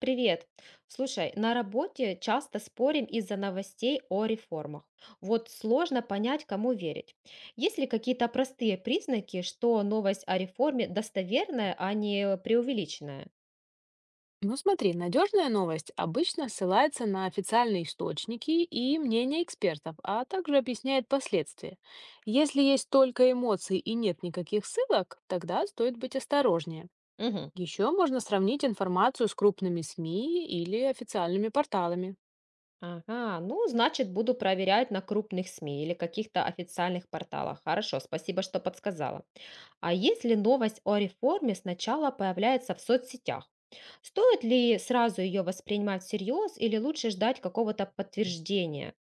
Привет. Слушай, на работе часто спорим из-за новостей о реформах. Вот сложно понять, кому верить. Есть ли какие-то простые признаки, что новость о реформе достоверная, а не преувеличенная? Ну смотри, надежная новость обычно ссылается на официальные источники и мнения экспертов, а также объясняет последствия. Если есть только эмоции и нет никаких ссылок, тогда стоит быть осторожнее. Мгм. Еще можно сравнить информацию с крупными СМИ или официальными порталами. Ага, ну, значит, буду проверять на крупных СМИ или каких-то официальных порталах. Хорошо, спасибо, что подсказала. А если новость о реформе сначала появляется в соцсетях? Стоит ли сразу ее воспринимать всерьез или лучше ждать какого-то подтверждения?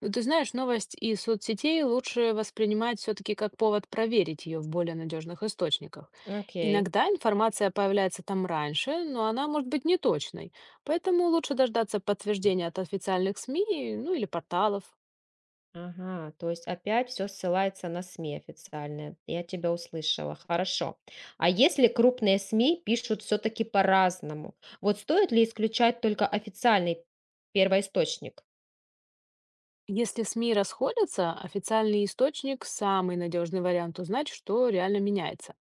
Ну, ты знаешь, новость из соцсетей лучше воспринимать все-таки как повод проверить ее в более надежных источниках. Окей. Иногда информация появляется там раньше, но она может быть неточной, поэтому лучше дождаться подтверждения от официальных СМИ, ну или порталов. Ага, то есть опять все ссылается на СМИ официальные. Я тебя услышала. Хорошо. А если крупные СМИ пишут все-таки по-разному? Вот стоит ли исключать только официальный первоисточник? Если СМИ расходятся, официальный источник– самый надежный вариант узнать, что реально меняется.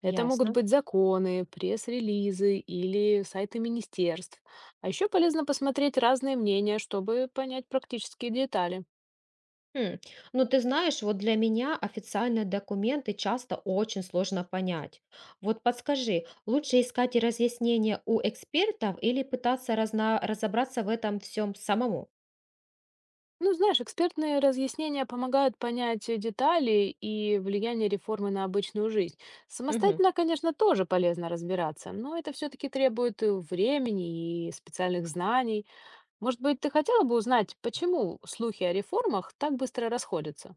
Это могут Ясно. быть законы, пресс-релизы или сайты министерств. А еще полезно посмотреть разные мнения, чтобы понять практические детали. Хм. Ну, ты знаешь, вот для меня официальные документы часто очень сложно понять. Вот подскажи, лучше искать разъяснения у экспертов или пытаться разобраться в этом всем самому? Ну, знаешь, экспертные разъяснения помогают понять детали и влияние реформы на обычную жизнь. Мгм. Самостоятельно, конечно, тоже полезно разбираться, но это все-таки требует времени и специальных знаний. Может быть, ты хотела бы узнать, почему слухи о реформах так быстро расходятся?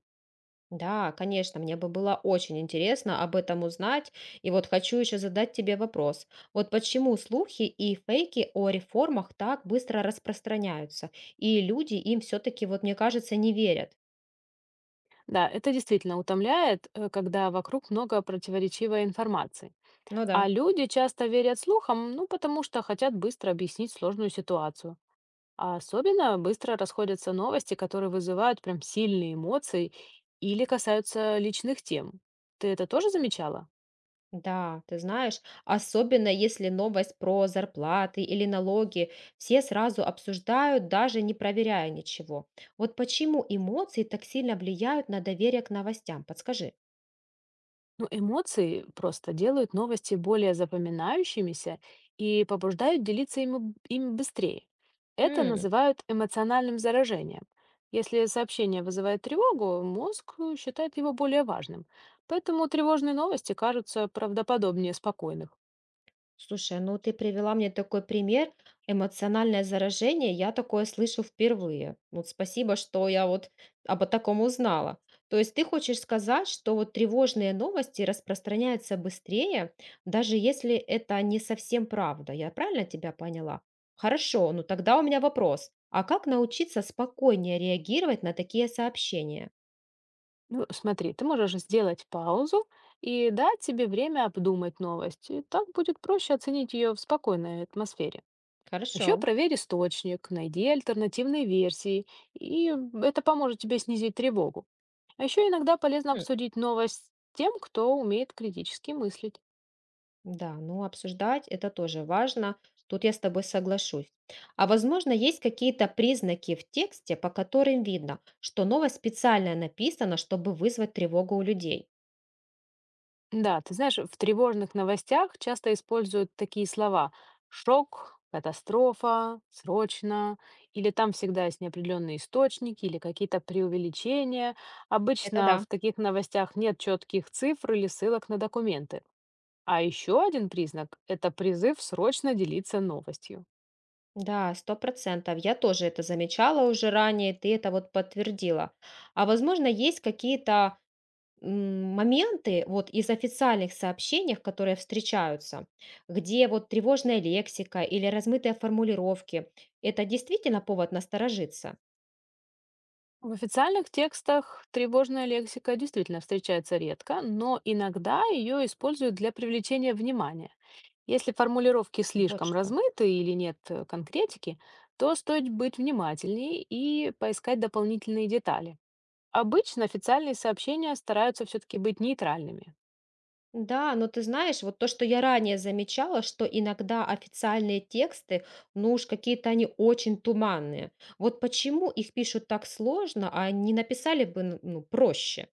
Да, конечно, мне бы было очень интересно об этом узнать. И вот хочу еще задать тебе вопрос. Вот почему слухи и фейки о реформах так быстро распространяются, и люди им все-таки, вот мне кажется, не верят? Да, это действительно утомляет, когда вокруг много противоречивой информации. Ну да. А люди часто верят слухам, ну, потому что хотят быстро объяснить сложную ситуацию. А особенно быстро расходятся новости, которые вызывают прям сильные эмоции или касаются личных тем. Ты это тоже замечала? Да, ты знаешь, особенно если новость про зарплаты или налоги, все сразу обсуждают, даже не проверяя ничего. Вот почему эмоции так сильно влияют на доверие к новостям? Подскажи. Ну, эмоции просто делают новости более запоминающимися и побуждают делиться ими им быстрее. Это называют эмоциональным заражением. Если сообщение вызывает тревогу, мозг считает его более важным. Поэтому тревожные новости кажутся правдоподобнее спокойных. Слушай, ну ты привела мне такой пример, эмоциональное заражение, я такое слышу впервые. Вот спасибо, что я вот об таком узнала. То есть ты хочешь сказать, что вот тревожные новости распространяются быстрее, даже если это не совсем правда. Я правильно тебя поняла? Хорошо, ну тогда у меня вопрос. А как научиться спокойнее реагировать на такие сообщения? Ну, смотри, ты можешь сделать паузу и дать себе время обдумать новость. И так будет проще оценить ее в спокойной атмосфере. Хорошо. Еще проверь источник, найди альтернативные версии, и это поможет тебе снизить тревогу. А еще иногда полезно обсудить новость с тем, кто умеет критически мыслить. Да, ну обсуждать это тоже важно. Тут я с тобой соглашусь. А возможно, есть какие-то признаки в тексте, по которым видно, что новость специально написана, чтобы вызвать тревогу у людей. Да, ты знаешь, в тревожных новостях часто используют такие слова: «шок», «катастрофа», «срочно», или там всегда есть неопределенные источники, или какие-то преувеличения. Это Обычно да. в таких новостях нет четких цифр или ссылок на документы. А еще один признак– это призыв срочно делиться новостью. Да, сто процентов. Я тоже это замечала уже ранее, ты это вот подтвердила. А возможно, есть какие-то моменты вот из официальных сообщений, которые встречаются, где вот тревожная лексика или размытые формулировки, это действительно повод насторожиться? В официальных текстах тревожная лексика действительно встречается редко, но иногда ее используют для привлечения внимания. Если формулировки Вот слишком что. размыты или нет конкретики, то стоит быть внимательнее и поискать дополнительные детали. Обычно официальные сообщения стараются все-таки быть нейтральными. Да, но ты знаешь, вот то, что я ранее замечала, что иногда официальные тексты, ну уж какие-то они очень туманные. Вот почему их пишут так сложно, а не написали бы, ну, проще?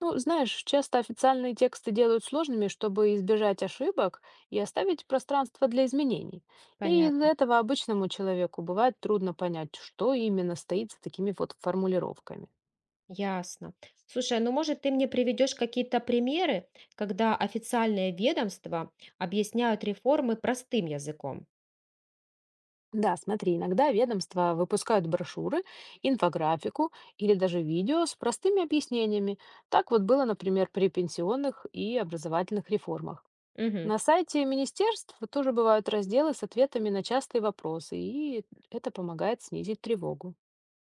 Ну, знаешь, часто официальные тексты делают сложными, чтобы избежать ошибок и оставить пространство для изменений. И из-за Понятно. этого обычному человеку бывает трудно понять, что именно стоит за такими вот формулировками. Ясно. Слушай, ну может ты мне приведешь какие-то примеры, когда официальные ведомства объясняют реформы простым языком? Да, смотри, иногда ведомства выпускают брошюры, инфографику или даже видео с простыми объяснениями. Так вот было, например, при пенсионных и образовательных реформах. Мгм. На сайте министерств тоже бывают разделы с ответами на частые вопросы, и это помогает снизить тревогу.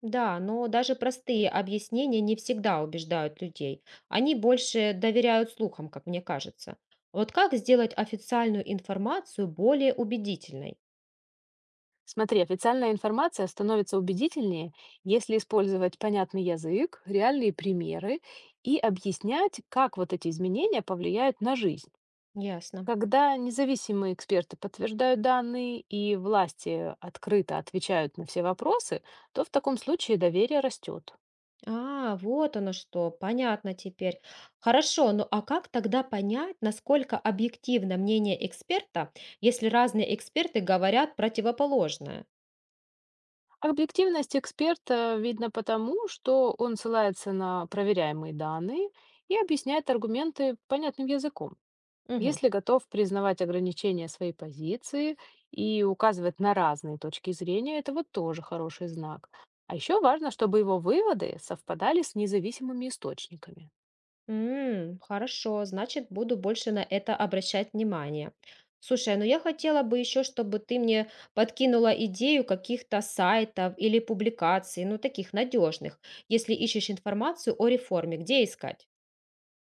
Да, но даже простые объяснения не всегда убеждают людей. Они больше доверяют слухам, как мне кажется. Вот как сделать официальную информацию более убедительной? Смотри, официальная информация становится убедительнее, если использовать понятный язык, реальные примеры и объяснять, как вот эти изменения повлияют на жизнь. Ясно. Когда независимые эксперты подтверждают данные и власти открыто отвечают на все вопросы, то в таком случае доверие растет. А, вот оно что, понятно теперь. Хорошо, ну а как тогда понять, насколько объективно мнение эксперта, если разные эксперты говорят противоположное? Объективность эксперта видно потому, что он ссылается на проверяемые данные и объясняет аргументы понятным языком. Мгм. Если готов признавать ограничения своей позиции и указывать на разные точки зрения, это вот тоже хороший знак. А еще важно, чтобы его выводы совпадали с независимыми источниками. М, хорошо, значит, буду больше на это обращать внимание. Слушай, а, ну я хотела бы еще, чтобы ты мне подкинула идею каких-то сайтов или публикаций, ну таких надежных, если ищешь информацию о реформе, где искать?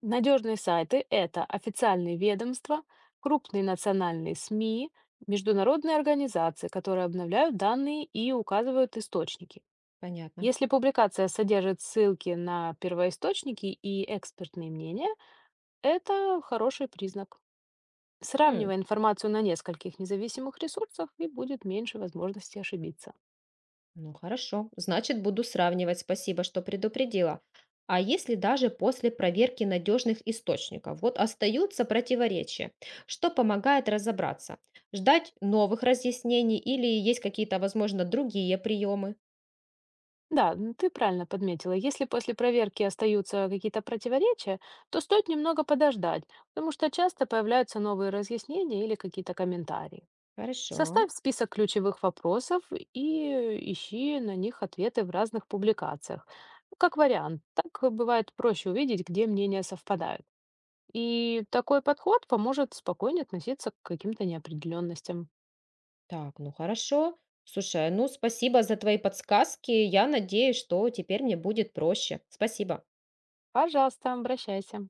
Надежные сайты– это официальные ведомства, крупные национальные СМИ, международные организации, которые обновляют данные и указывают источники. Понятно. Если публикация содержит ссылки на первоисточники и экспертные мнения, это хороший признак. М. Сравнивай информацию на нескольких независимых ресурсах и будет меньше возможности ошибиться. Ну хорошо, значит, буду сравнивать. Спасибо, что предупредила. А если даже после проверки надежных источников, вот остаются противоречия, что помогает разобраться? Ждать новых разъяснений или есть какие-то, возможно, другие приемы? Да, м, ты правильно подметила. Если после проверки остаются какие-то противоречия, то стоит немного подождать, потому что часто появляются новые разъяснения или какие-то комментарии. Хорошо. Составь список ключевых вопросов и ищи на них ответы в разных публикациях. Ну, как вариант, так бывает проще увидеть, где мнения совпадают. И такой подход поможет спокойнее относиться к каким-то неопределенностям. Так, ну хорошо. Слушай, ну спасибо за твои подсказки. Я надеюсь, что теперь мне будет проще. Спасибо. Пожалуйста, обращайся.